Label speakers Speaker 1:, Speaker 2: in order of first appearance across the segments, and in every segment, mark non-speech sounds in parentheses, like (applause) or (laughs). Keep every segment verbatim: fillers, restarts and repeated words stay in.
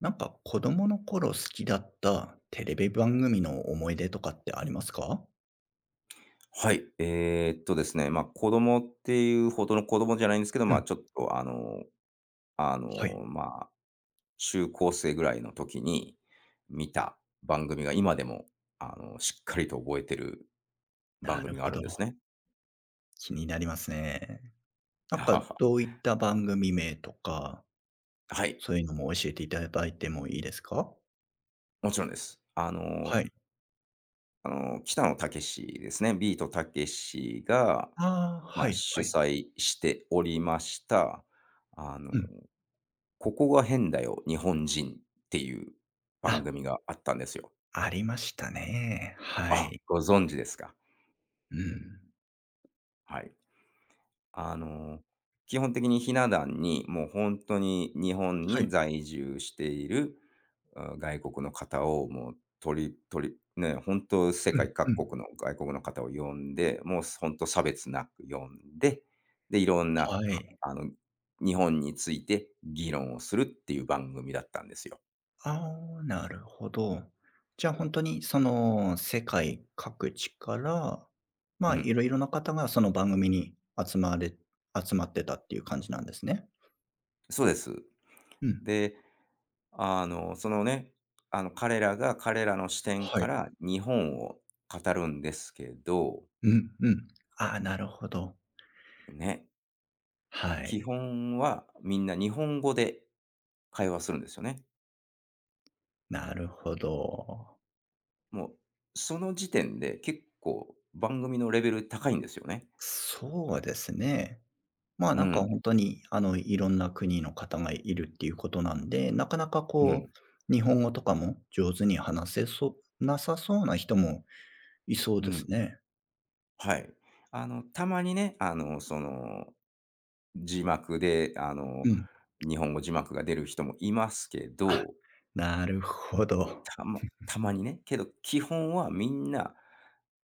Speaker 1: なんか子供の頃好きだったテレビ番組の思い出とかってありますか？
Speaker 2: はい。えーっとですね、まあ、子供っていうほどの子供じゃないんですけど、
Speaker 1: う
Speaker 2: まあ、
Speaker 1: ん、
Speaker 2: ちょっと、あの、あ
Speaker 1: はい。
Speaker 2: の、まあ、中高生ぐらいの時に見た番組が今でも、あの、しっかりと覚えてる番
Speaker 1: なる
Speaker 2: 組があ
Speaker 1: ほ
Speaker 2: るん
Speaker 1: ど。
Speaker 2: ですね。
Speaker 1: 気になりますね。
Speaker 2: (laughs)
Speaker 1: な
Speaker 2: は
Speaker 1: ん
Speaker 2: は
Speaker 1: か
Speaker 2: は
Speaker 1: どういった番組名とか、
Speaker 2: はい。
Speaker 1: そういうのも教えていただいてもいいですか？
Speaker 2: もちろんです。あの、
Speaker 1: はい。
Speaker 2: あの北野武ですね。ビートたけしが、
Speaker 1: ああ、
Speaker 2: ま
Speaker 1: は
Speaker 2: あ、
Speaker 1: い
Speaker 2: 主
Speaker 1: はい。
Speaker 2: 催しておりました、あの、
Speaker 1: うん。
Speaker 2: ここが変だよ、日本人っていう番
Speaker 1: あ、
Speaker 2: 組があったんですよ。
Speaker 1: ありましたね。は
Speaker 2: あ、
Speaker 1: い。
Speaker 2: ご存知ですか。
Speaker 1: うん。
Speaker 2: はい。あの、基本的にひな壇に、もう本当に日本
Speaker 1: は
Speaker 2: に
Speaker 1: い。
Speaker 2: 在住している、あ、外国の方をもう取り取りね、本当世
Speaker 1: うん
Speaker 2: 界
Speaker 1: う
Speaker 2: 各
Speaker 1: ん。
Speaker 2: 国の外国の方を呼んで、もう本当差別なく呼んで、で、いろんな、
Speaker 1: は
Speaker 2: は
Speaker 1: い。
Speaker 2: あの、日本について議論をするっていう番組だったんですよ。
Speaker 1: ああ、なるほど。じゃあ、本当にその、世界各地から、
Speaker 2: う
Speaker 1: まあ、い
Speaker 2: ん。
Speaker 1: ろいろな方がその番組に集まれ集まってたっていう感じなんですね。
Speaker 2: そうです。
Speaker 1: うん。
Speaker 2: であの、そのね、あの、彼らが彼らの視点
Speaker 1: は
Speaker 2: か
Speaker 1: い。
Speaker 2: ら日本を語るんですけど、
Speaker 1: うんうん。ああ、なるほど。
Speaker 2: ね、
Speaker 1: は
Speaker 2: 基
Speaker 1: い。
Speaker 2: 本はみんな日本語で会話するんですよね。
Speaker 1: なるほど。
Speaker 2: もう、その時点で結構番組のレベル高いんですよね。
Speaker 1: そうですね。まあ、
Speaker 2: う
Speaker 1: なんか
Speaker 2: ん、
Speaker 1: 本当に、あの、いろんな国の方がいるっていうことなんで、なかなか
Speaker 2: う
Speaker 1: こ
Speaker 2: ん、
Speaker 1: う、日本語とかも上手に話せそうなさそうな人もいそう
Speaker 2: う
Speaker 1: です
Speaker 2: ん。
Speaker 1: ね。
Speaker 2: はい。あの、たまにね、あの、その、字幕で、あの、
Speaker 1: うん。
Speaker 2: 日本語字幕が出る人もいますけ
Speaker 1: あ、
Speaker 2: ど、
Speaker 1: なるほど。
Speaker 2: たまたまにね。けど基本はみんな、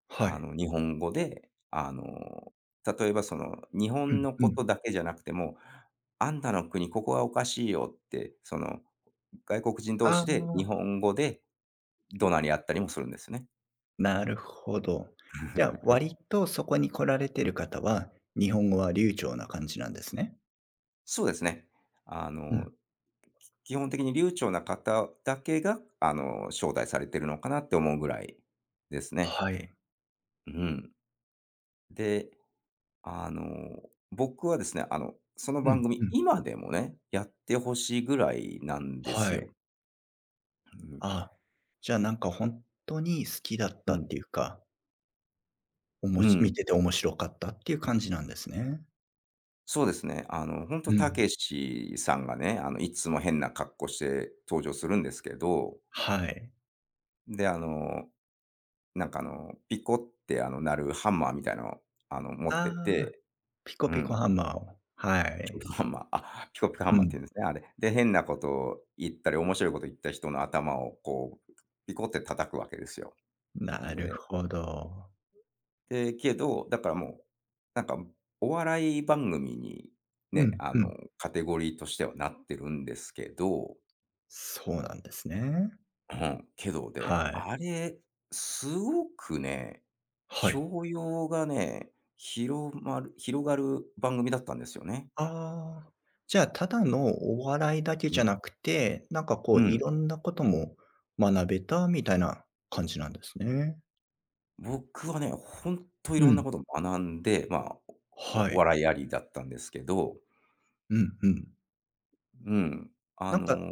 Speaker 1: は
Speaker 2: あ
Speaker 1: い。
Speaker 2: の、日本語で、あの、例えばその、日
Speaker 1: う
Speaker 2: 本
Speaker 1: ん
Speaker 2: の
Speaker 1: う
Speaker 2: こ
Speaker 1: ん。
Speaker 2: とだけじゃなくても、あんたの国、ここはおかしいよって、その、外国人同
Speaker 1: あ
Speaker 2: 士で日
Speaker 1: あ、
Speaker 2: 本語で怒鳴り合ったりもするんですね。
Speaker 1: なるほど。じゃあ、割とそこに来られて
Speaker 2: うん。
Speaker 1: る方は、日本語は流暢な感じなんですね。
Speaker 2: そうですね。あ
Speaker 1: う
Speaker 2: の、
Speaker 1: ん。
Speaker 2: き基本的に流暢な方だけが、あの、招待されてるのかなって思うぐらいですね。
Speaker 1: はい。
Speaker 2: うん。であの、僕はですね、あの、その
Speaker 1: う
Speaker 2: 番
Speaker 1: んう
Speaker 2: 組、
Speaker 1: ん。
Speaker 2: 今でもね、やってほしいぐらいなんです
Speaker 1: は
Speaker 2: よ。
Speaker 1: い。
Speaker 2: うん。
Speaker 1: あ、じゃあなんか本当に好きだっ
Speaker 2: う
Speaker 1: たっ
Speaker 2: ん。
Speaker 1: ていうか、お
Speaker 2: う
Speaker 1: もし見
Speaker 2: ん。
Speaker 1: てて面白かったっていう感じなんですね。
Speaker 2: そうですね。あの、本当
Speaker 1: う
Speaker 2: た
Speaker 1: ん。
Speaker 2: けしさんがね、あの、いつも変な格好して登場するんですけど、
Speaker 1: はい。
Speaker 2: で、あの、なんかあの、ピコってあの、鳴るハンマーみたいなのを、あの、持っ
Speaker 1: あ
Speaker 2: て
Speaker 1: あ、
Speaker 2: て、
Speaker 1: ピコ
Speaker 2: う
Speaker 1: ピコ
Speaker 2: ん、
Speaker 1: ハンマーを。は
Speaker 2: ピコピ
Speaker 1: い。
Speaker 2: コハンマー、あ、ピコピコハ
Speaker 1: う
Speaker 2: ンマーって
Speaker 1: ん。
Speaker 2: 言うんですね、あれ。で、変なことを言ったり、面白いこと言った人の頭をこう、ピコって叩くわけですよ。
Speaker 1: なる
Speaker 2: で
Speaker 1: ほど。
Speaker 2: えけど、だからもう、なんか、お笑い番組に
Speaker 1: う
Speaker 2: ね、
Speaker 1: ん
Speaker 2: あ
Speaker 1: う
Speaker 2: の、
Speaker 1: ん。
Speaker 2: カテゴリーとしてはなってるんですけど、
Speaker 1: そうなんですね。
Speaker 2: うん、けどで、
Speaker 1: はい。
Speaker 2: あれ、すごくね、
Speaker 1: はい。
Speaker 2: 教養がね、広まる広がる番組だったんですよね。
Speaker 1: ああ、じゃあ、ただのお笑いだけ
Speaker 2: う
Speaker 1: じゃ
Speaker 2: ん、
Speaker 1: なくて、なんかこ
Speaker 2: う
Speaker 1: うい
Speaker 2: ん。
Speaker 1: ろんなことも学べたみたいな感じなんですね。
Speaker 2: 僕はね、ほんとい
Speaker 1: う
Speaker 2: ろんな
Speaker 1: ん。
Speaker 2: こと学んで、まあ、
Speaker 1: は
Speaker 2: おお
Speaker 1: い。
Speaker 2: 笑いありだったんですけど、
Speaker 1: うんうん。
Speaker 2: うん、あ
Speaker 1: なんか
Speaker 2: の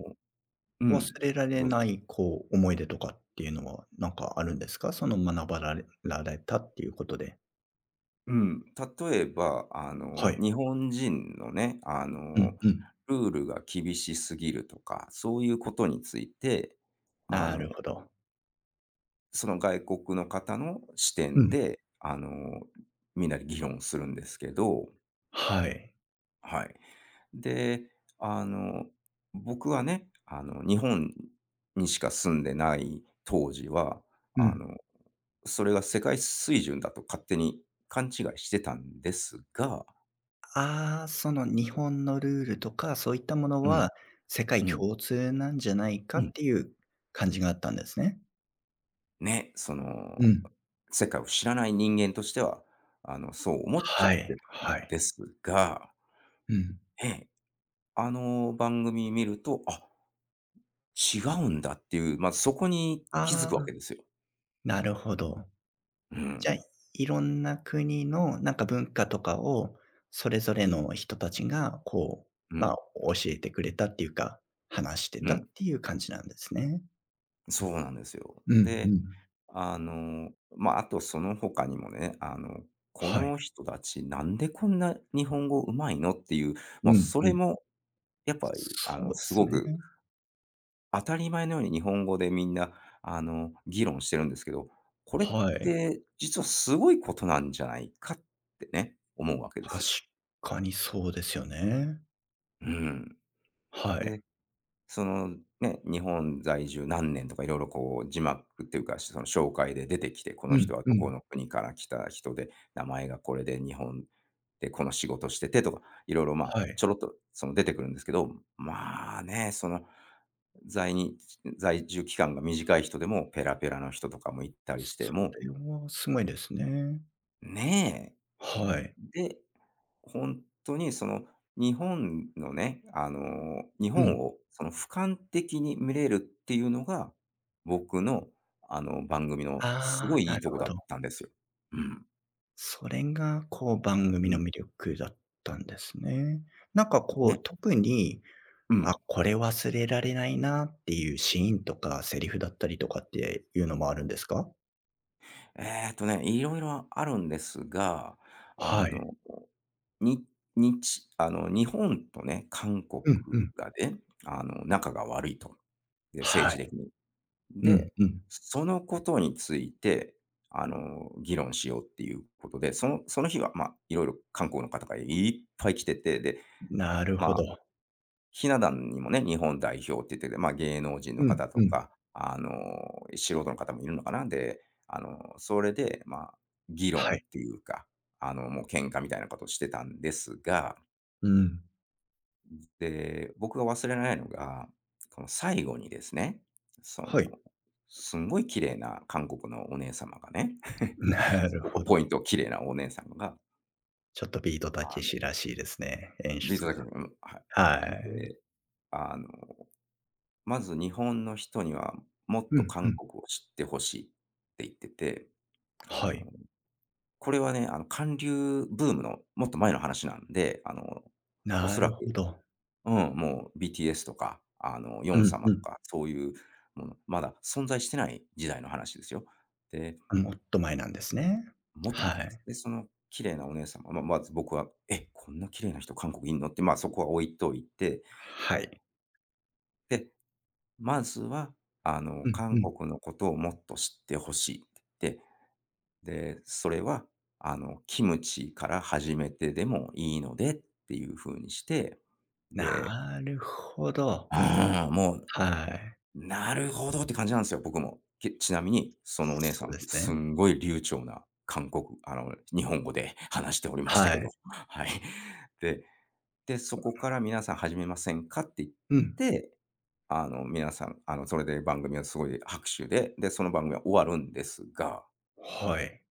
Speaker 2: う
Speaker 1: 忘
Speaker 2: ん、
Speaker 1: れられ
Speaker 2: どうぞ。
Speaker 1: ない、こう、思い出とかっていうのはなんかあるんですか？その学ばられられたっていうことで。
Speaker 2: うん、例えば、あ
Speaker 1: は
Speaker 2: の、
Speaker 1: い。
Speaker 2: 日本人のね、あ
Speaker 1: う
Speaker 2: の、
Speaker 1: んうん。
Speaker 2: ルールが厳しすぎるとか、そういうことについて、あ
Speaker 1: な
Speaker 2: の、
Speaker 1: るほど。
Speaker 2: その外国の方の視
Speaker 1: う
Speaker 2: 点
Speaker 1: ん。
Speaker 2: で、あの、みんなで議論するんですけど、
Speaker 1: はい。
Speaker 2: はい。で、あの、僕はね、あの、日本にしか住んでない当時は、
Speaker 1: う
Speaker 2: あ
Speaker 1: ん。
Speaker 2: の、それが世界水準だと勝手に勘違いしてたんですが、
Speaker 1: ああ、その日本のルールとか、そういったもの
Speaker 2: うん、
Speaker 1: は世界
Speaker 2: うん。
Speaker 1: 共通なんじゃない
Speaker 2: う
Speaker 1: かっ
Speaker 2: ん。
Speaker 1: ていう感じがあったんですね。
Speaker 2: ね、そ
Speaker 1: う
Speaker 2: の、
Speaker 1: ん。
Speaker 2: 世界を知らない人間としては、あの、そう思っちゃ
Speaker 1: は
Speaker 2: って
Speaker 1: い、
Speaker 2: た
Speaker 1: は
Speaker 2: ん
Speaker 1: い。
Speaker 2: ですが、
Speaker 1: うん。
Speaker 2: ええ、あの番組見ると、あ、違うんだっていう、まずそこに気づく
Speaker 1: あ
Speaker 2: わけ
Speaker 1: あ、
Speaker 2: ですよ。
Speaker 1: なるほど。
Speaker 2: う
Speaker 1: じゃあ、
Speaker 2: ん、
Speaker 1: いろんな国のなんか文化とかを、それぞれの人たちがこう、
Speaker 2: う
Speaker 1: まあ、
Speaker 2: ん、
Speaker 1: 教えてくれたっていうか、話して
Speaker 2: う
Speaker 1: たっ
Speaker 2: ん。
Speaker 1: ていう感じなんですね。
Speaker 2: そうなんですよ。
Speaker 1: うんう
Speaker 2: で、
Speaker 1: ん。
Speaker 2: あの、まあ、あとその他にもね、あの、こ
Speaker 1: はい。
Speaker 2: の人たちなんでこんな日本語上手いのっていう、も
Speaker 1: う
Speaker 2: う
Speaker 1: ん
Speaker 2: そ
Speaker 1: う
Speaker 2: れ
Speaker 1: ん。
Speaker 2: もやっぱりあ
Speaker 1: そ
Speaker 2: の、
Speaker 1: うで
Speaker 2: す
Speaker 1: す
Speaker 2: ご
Speaker 1: ね。
Speaker 2: く当たり前のように日本語でみんな、あの、議論してるんですけど、これっ
Speaker 1: はい。
Speaker 2: て実はすごいことなんじゃないかってね、思うわけで
Speaker 1: 確
Speaker 2: すよ。
Speaker 1: かにそうですよね。
Speaker 2: うん。
Speaker 1: は
Speaker 2: で
Speaker 1: い。
Speaker 2: そのね、日本在住何年とか色々こう字幕っていうか、その紹介で出てきて、この
Speaker 1: うん、
Speaker 2: 人は
Speaker 1: う
Speaker 2: どこ
Speaker 1: ん。
Speaker 2: の国から来た人で、名前がこれで日本でこの仕事しててとか、いろいろまあ、
Speaker 1: は
Speaker 2: ち
Speaker 1: い。
Speaker 2: ょろっとその出てくるんですけど、まあね、その、在に在住期間が短い人でもペラペラの人とかも行ったりして、
Speaker 1: そ
Speaker 2: も
Speaker 1: れはすごいですね。
Speaker 2: う、ねえ。
Speaker 1: はい。
Speaker 2: で本当にその日本のね、あの、日
Speaker 1: うん。
Speaker 2: 本をその俯瞰的に見れるっていうのが、僕のあの番組のす
Speaker 1: あ
Speaker 2: ご
Speaker 1: あ、
Speaker 2: いい
Speaker 1: な
Speaker 2: い
Speaker 1: る
Speaker 2: とこ
Speaker 1: ほ
Speaker 2: だっ
Speaker 1: ど。
Speaker 2: たんですよ。うん。
Speaker 1: それがこう番
Speaker 2: う
Speaker 1: 組の
Speaker 2: ん、
Speaker 1: 魅力だったんですね。なんかこ
Speaker 2: ね、
Speaker 1: う特に、
Speaker 2: う
Speaker 1: あ、
Speaker 2: ん。
Speaker 1: これ忘れられないなっていうシーンとかセリフだったりとかっていうのもあるんですか？
Speaker 2: えっとね、いろいろあるんですが、あ
Speaker 1: はい。
Speaker 2: の、に日あの日本とね、韓国
Speaker 1: うんうん。
Speaker 2: がね、あの仲が悪いと。で、政
Speaker 1: は
Speaker 2: 治的
Speaker 1: い。
Speaker 2: に。
Speaker 1: うん
Speaker 2: で、
Speaker 1: うん。
Speaker 2: そのことについて、あの、議論しようっていうことで、そのその日は、ま、あいろいろ韓国の方がいっぱい来てて、で、
Speaker 1: なる
Speaker 2: ま
Speaker 1: ほ
Speaker 2: あ、
Speaker 1: ど。
Speaker 2: ひな壇にもね、日本代表って言ってて、ま、あ芸能人の
Speaker 1: うん
Speaker 2: 方と
Speaker 1: うん。
Speaker 2: か、あの、素人の方もいるのかな。で、あの、それで、まあ、議
Speaker 1: は
Speaker 2: 論
Speaker 1: い。
Speaker 2: っていうか、あの、もう喧嘩みたいなことをしてたんですが
Speaker 1: うん。
Speaker 2: で、僕が忘れられないのが、この最後にですね、そ
Speaker 1: はい。
Speaker 2: の、
Speaker 1: (laughs)
Speaker 2: すんごい綺麗な韓国のお姉様がね、
Speaker 1: な
Speaker 2: (laughs)
Speaker 1: る
Speaker 2: ここ
Speaker 1: ほど。
Speaker 2: ポイント綺麗なお姉様が、
Speaker 1: ちょっとビートたけしらしいですね、演
Speaker 2: ビート
Speaker 1: 出
Speaker 2: た
Speaker 1: が。
Speaker 2: けに、うん、は
Speaker 1: は
Speaker 2: い。
Speaker 1: い。
Speaker 2: で、あの、まず日本の人にはもっ
Speaker 1: う
Speaker 2: と
Speaker 1: んう
Speaker 2: 韓
Speaker 1: ん。
Speaker 2: 国を知ってほしいって言ってて、あ
Speaker 1: は
Speaker 2: の、
Speaker 1: い。
Speaker 2: これはね、あの、韓流ブームのもっと前の話なんで、あの、お
Speaker 1: な
Speaker 2: そら
Speaker 1: る
Speaker 2: く
Speaker 1: ほど。
Speaker 2: うん、もう ビーティーエス とか、あの、ヨ
Speaker 1: う
Speaker 2: ン
Speaker 1: ん
Speaker 2: 様
Speaker 1: う
Speaker 2: と
Speaker 1: ん。
Speaker 2: か、そういうもの、まだ存在してない時代の話ですよ。で、
Speaker 1: あ、もっと前なんですね。
Speaker 2: もっと前
Speaker 1: は
Speaker 2: で
Speaker 1: い。
Speaker 2: す。で、その綺麗なお姉様、まあ、まず僕は、え、こんな綺麗な人韓国いんのって、ま、そこは置いといて、
Speaker 1: は
Speaker 2: はい。
Speaker 1: い。
Speaker 2: で、まずは、あの、
Speaker 1: うん
Speaker 2: 韓
Speaker 1: うん。
Speaker 2: 国のことをもっと知ってほしいって言って、で、それは、あの、キムチから始めてでもいいのでっていう風にして、で、
Speaker 1: なるほ
Speaker 2: (laughs)
Speaker 1: ど。
Speaker 2: ああ、もう
Speaker 1: はい。
Speaker 2: なるほどって感じなんですよ、僕も。けちなみに、そのお姉さ
Speaker 1: そう
Speaker 2: ん、
Speaker 1: です
Speaker 2: す
Speaker 1: ね。
Speaker 2: んごい流暢な韓国あの、日本語で話しておりました
Speaker 1: は
Speaker 2: けど、
Speaker 1: い。
Speaker 2: (laughs) はい。で、で、そこから皆さん始めませんかって言っ
Speaker 1: うん。
Speaker 2: て、あの、皆さん、あの、それで番組はすごい拍手で、で、その番組は終わるんですが、
Speaker 1: はい。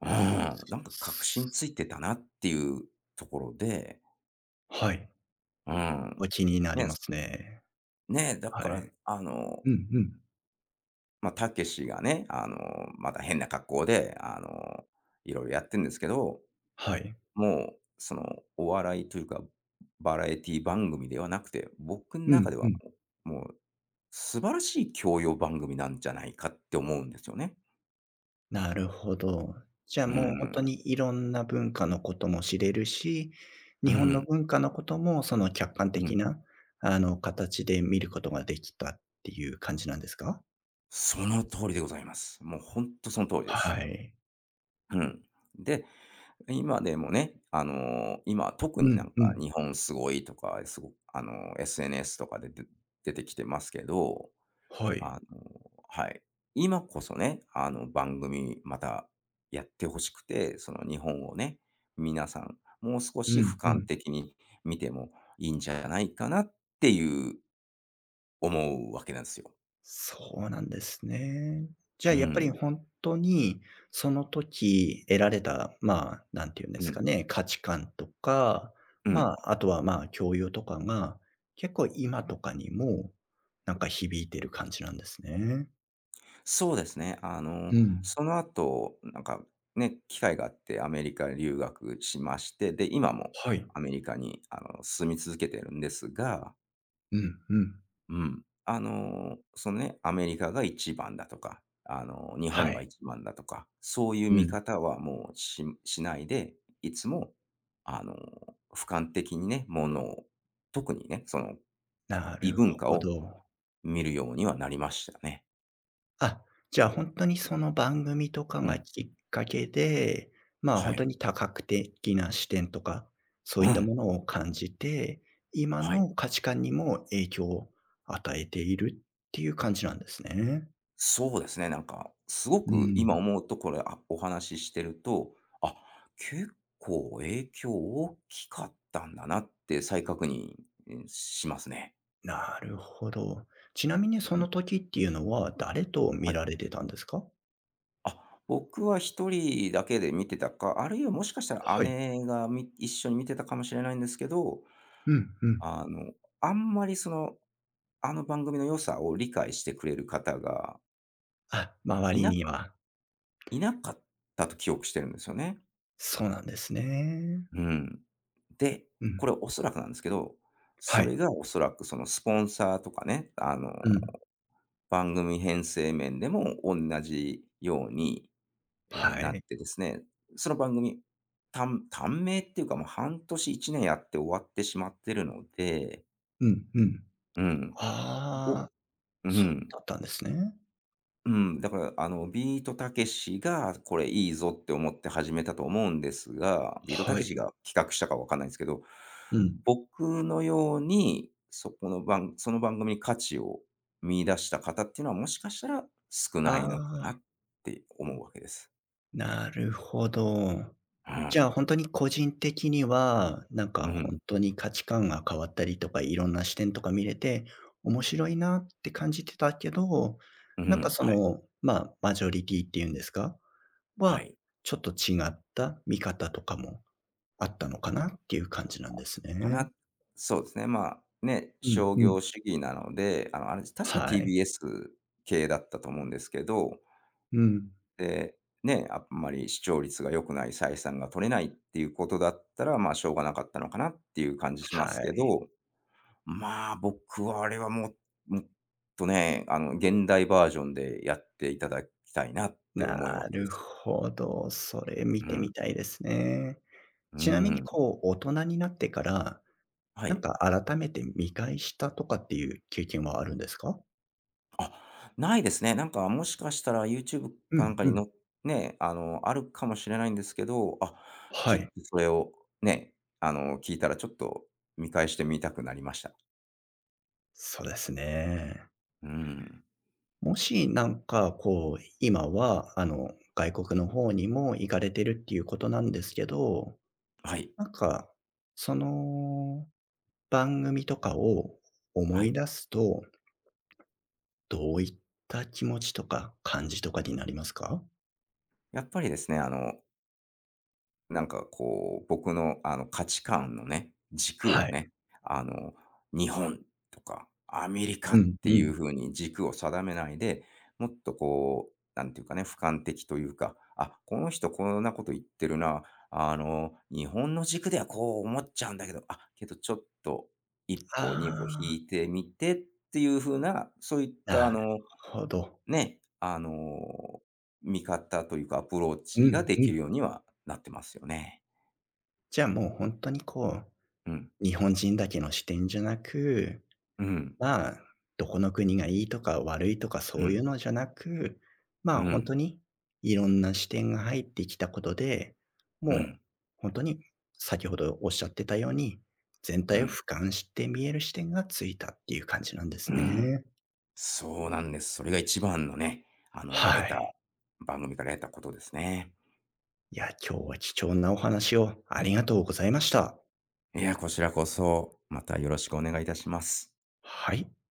Speaker 2: うん、なんか確信ついてたなっていうところで、
Speaker 1: はい。
Speaker 2: う
Speaker 1: お
Speaker 2: ん、
Speaker 1: 気になり
Speaker 2: ね、
Speaker 1: ますね。
Speaker 2: ね、だ
Speaker 1: は
Speaker 2: から、
Speaker 1: い。
Speaker 2: あの
Speaker 1: うんうん。
Speaker 2: まあ、たけしがね、あの、また変な格好で、あの、いろいろやってんですけど、
Speaker 1: はい。
Speaker 2: もう、その、お笑いというか、バラエティ番組ではなくて、僕の
Speaker 1: う
Speaker 2: 中
Speaker 1: ん
Speaker 2: では
Speaker 1: うん。
Speaker 2: もうもう素晴らしい教養番組なんじゃないかって思うんですよね。
Speaker 1: なるほど。じゃあ、
Speaker 2: う
Speaker 1: もう本
Speaker 2: ん、
Speaker 1: 当にいろんな文化のことも知れるし、
Speaker 2: う
Speaker 1: 日本の
Speaker 2: ん、
Speaker 1: 文化のこともその客観
Speaker 2: う
Speaker 1: 的
Speaker 2: ん。
Speaker 1: な、あの、形で見ることができたっていう感じなんですか？
Speaker 2: その通りでございます。もう本当その通りです。
Speaker 1: はい。
Speaker 2: うん。で、今でもね、あの、今特
Speaker 1: う
Speaker 2: にな
Speaker 1: ん
Speaker 2: んか
Speaker 1: うん。
Speaker 2: 日本すごいとか、すごあの、エスエヌエス とかでで出てきてますけど
Speaker 1: はい。
Speaker 2: あの、はい。今こそね、あの、番組またやってほしくて、その日本をね、皆さん、もう少
Speaker 1: う
Speaker 2: し俯
Speaker 1: んう
Speaker 2: 瞰
Speaker 1: ん。
Speaker 2: 的に見てもいいんじゃないかなっていう思うわけなんですよ。
Speaker 1: そうなんですね。じゃあ
Speaker 2: う
Speaker 1: やっぱり
Speaker 2: ん、
Speaker 1: 本当に、その時得られた、まあ、何て言うんで
Speaker 2: う
Speaker 1: すか
Speaker 2: ん、
Speaker 1: ね、価値観とか、
Speaker 2: う
Speaker 1: ま
Speaker 2: ん。
Speaker 1: あ、あとは、まあ、教養とかが、結構今とかにも、なんか響いてる感じなんですね。
Speaker 2: そうですね。あの、
Speaker 1: うん。
Speaker 2: その後、なんかね、機会があってアメリカ留学しまして、で、今も
Speaker 1: はい。
Speaker 2: アメリカに、あの、住み続けてるんですが
Speaker 1: うんうん。
Speaker 2: うん。あの、そのね、アメリカが一番だとか、あの、日
Speaker 1: は
Speaker 2: 本が
Speaker 1: い。
Speaker 2: 一番だとか、そういう
Speaker 1: う
Speaker 2: 見
Speaker 1: ん。
Speaker 2: 方はもうししないで、いつも、あの、俯瞰的にね、ものを、特にね、その、
Speaker 1: な
Speaker 2: 異
Speaker 1: る
Speaker 2: 文化
Speaker 1: ほ
Speaker 2: を
Speaker 1: ど。
Speaker 2: 見るようにはなりましたね。
Speaker 1: あ、じゃあ、本当にその番組とか
Speaker 2: う
Speaker 1: が
Speaker 2: ん。
Speaker 1: きっかけで、まあ、
Speaker 2: は
Speaker 1: 本当
Speaker 2: い。
Speaker 1: に多角的な視点とか、そ
Speaker 2: う
Speaker 1: ういった
Speaker 2: ん。
Speaker 1: ものを感じて、今
Speaker 2: はい。
Speaker 1: の価値観にも影響を与えているっていう感じなんですね。
Speaker 2: そうですね、なんか、すご
Speaker 1: う
Speaker 2: く今
Speaker 1: ん。
Speaker 2: 思うとこれ、あ、お話ししてると、あ、結構影響大きかったんだなって再確認、うん、しますね。
Speaker 1: なるほど。ちなみにそ
Speaker 2: うん、
Speaker 1: の時っていうのは誰と
Speaker 2: は
Speaker 1: 見
Speaker 2: い。
Speaker 1: られてたんですか？
Speaker 2: あ、僕は一人だけで見てたか、あるいはもしかしたら
Speaker 1: はい。
Speaker 2: 姉がみ一緒に見てたかもしれないんですけど、
Speaker 1: うんうん。
Speaker 2: あの、あんまりその、あの番組の良さを理解してくれる方が
Speaker 1: あ、周
Speaker 2: い
Speaker 1: り
Speaker 2: な
Speaker 1: に
Speaker 2: か
Speaker 1: は。
Speaker 2: いなかったと記憶してるんですよね。
Speaker 1: そうなんですね。
Speaker 2: うん。で、
Speaker 1: うん。
Speaker 2: これおそらくなんですけど、
Speaker 1: は
Speaker 2: それ
Speaker 1: い。
Speaker 2: がおそらくそのスポンサーとかね、あの、
Speaker 1: うん。
Speaker 2: 番組編成面でも同じように、えー
Speaker 1: は
Speaker 2: なっ
Speaker 1: い。
Speaker 2: てですね、その番組、短短命っていうかもう半年、いちねんやって終わってしまってるので、
Speaker 1: うんうん。
Speaker 2: うん、ぼ
Speaker 1: ああ。
Speaker 2: う
Speaker 1: そう
Speaker 2: ん。
Speaker 1: だったんですね。
Speaker 2: うん、だから、あの、ビートたけしがこれいいぞって思って始めたと思うんですが、ビートた
Speaker 1: は
Speaker 2: けし
Speaker 1: い。
Speaker 2: が企画したかわかんないんですけど、
Speaker 1: うん。
Speaker 2: 僕のように、そこの番その番組に価値を見出した方っていうのはもしかしたら少
Speaker 1: あ
Speaker 2: ないのかな
Speaker 1: あ、
Speaker 2: って思うわけです。
Speaker 1: なるほど。
Speaker 2: う
Speaker 1: じゃ
Speaker 2: ん。
Speaker 1: あ、本当に個人的には、なんか
Speaker 2: うん。
Speaker 1: 本当に価値観が変わったりとか、いろんな視点とか見れて、面白いなって感じてたけど、
Speaker 2: う
Speaker 1: なんか
Speaker 2: ん。
Speaker 1: そ
Speaker 2: はい。
Speaker 1: の、まあ、マジョリティっていうんですか？
Speaker 2: は
Speaker 1: は、
Speaker 2: い。
Speaker 1: ちょっと違った見方とかもあったのかなっていう感じなんです
Speaker 2: か
Speaker 1: ね。
Speaker 2: な。そうですね。まあ、ね、
Speaker 1: うん
Speaker 2: 商
Speaker 1: うん。
Speaker 2: 業主義なので、あの、あれ確か
Speaker 1: はい。
Speaker 2: ティービーエス 系だったと思うんですけど、
Speaker 1: うん。
Speaker 2: で、ね、あんまり視聴率が良くない、採算が取れないっていうことだったら、まあ、しょうがなかったのかなっていう感じします
Speaker 1: は
Speaker 2: け
Speaker 1: い。
Speaker 2: ど、まあ、僕はあれはもう、もっとね、あの、現代バージョンでやっていただきたいなって
Speaker 1: な
Speaker 2: 思うわけで
Speaker 1: る
Speaker 2: すよ。
Speaker 1: ほど、それ見
Speaker 2: う
Speaker 1: て
Speaker 2: ん。
Speaker 1: みたいですね。
Speaker 2: う
Speaker 1: ちなみに
Speaker 2: ん。
Speaker 1: こう、大人になってから、
Speaker 2: は
Speaker 1: なん
Speaker 2: い。
Speaker 1: か改めて見返したとかっていう経験はあるんですか？
Speaker 2: あ、ないですね。なんか、もしかしたら YouTube
Speaker 1: う
Speaker 2: かなん
Speaker 1: ん
Speaker 2: か
Speaker 1: う
Speaker 2: に
Speaker 1: ん。
Speaker 2: のね、あの、あるかもしれないんですけど、あ、ちょ
Speaker 1: は
Speaker 2: っと
Speaker 1: い。
Speaker 2: それをね、あの、聞いたらちょっと見返してみたくなりました。
Speaker 1: そうですね。
Speaker 2: うん。
Speaker 1: もしなんかこう、今はあの、外国の方にも行かれてるっていうことなんですけど、
Speaker 2: はい。
Speaker 1: なんか、その番組とかを思
Speaker 2: は
Speaker 1: い
Speaker 2: い。
Speaker 1: 出すと、どういった気持ちとか感じとかになりますか？
Speaker 2: やっぱりですね、あの、なんかこう、僕のあの価値観のね、軸を
Speaker 1: はい。
Speaker 2: ね、あの、日本とかアメリカ
Speaker 1: う
Speaker 2: っ
Speaker 1: ん
Speaker 2: て
Speaker 1: う
Speaker 2: いう
Speaker 1: ん。
Speaker 2: 風に軸を定めないで、もっとこう、なんていうかね、俯瞰的というか、あ、この人こんなこと言ってるな、あの、日本の軸ではこう思っちゃうんだけど、あ、けどちょっと一
Speaker 1: あ
Speaker 2: 歩二歩引
Speaker 1: あ、
Speaker 2: いてみてっていう風な、そういったあ
Speaker 1: なる
Speaker 2: の、
Speaker 1: ほど。
Speaker 2: ね、あの、見方というかアプロー
Speaker 1: う
Speaker 2: チが
Speaker 1: ん
Speaker 2: で
Speaker 1: う
Speaker 2: き
Speaker 1: ん。
Speaker 2: るようにはなってますよね。
Speaker 1: じゃあ、もうほんとにこ
Speaker 2: うん。
Speaker 1: う、日本人だけの視点じゃなく、
Speaker 2: うん。
Speaker 1: まあ、どこの国がいいとか悪いとか
Speaker 2: う
Speaker 1: そうい
Speaker 2: ん。
Speaker 1: うのじゃなく、ま
Speaker 2: う
Speaker 1: あ、ほん
Speaker 2: ん。
Speaker 1: とにいろんな視点が入ってきたことで、
Speaker 2: う
Speaker 1: もう
Speaker 2: ん。
Speaker 1: ほんとに先ほどおっしゃってたように、全
Speaker 2: う
Speaker 1: 体を
Speaker 2: ん。
Speaker 1: 俯瞰して見える視点がついたっていう感じなんで
Speaker 2: う
Speaker 1: す
Speaker 2: ん。
Speaker 1: ね。
Speaker 2: そうなんです。それが一番のね、あの、得
Speaker 1: は
Speaker 2: た
Speaker 1: い。
Speaker 2: 番組から得たことですね。
Speaker 1: いや、今日は貴重なお話をありがとうございました。
Speaker 2: いや、こちらこそ、またよろしくお願いいたします。
Speaker 1: はい。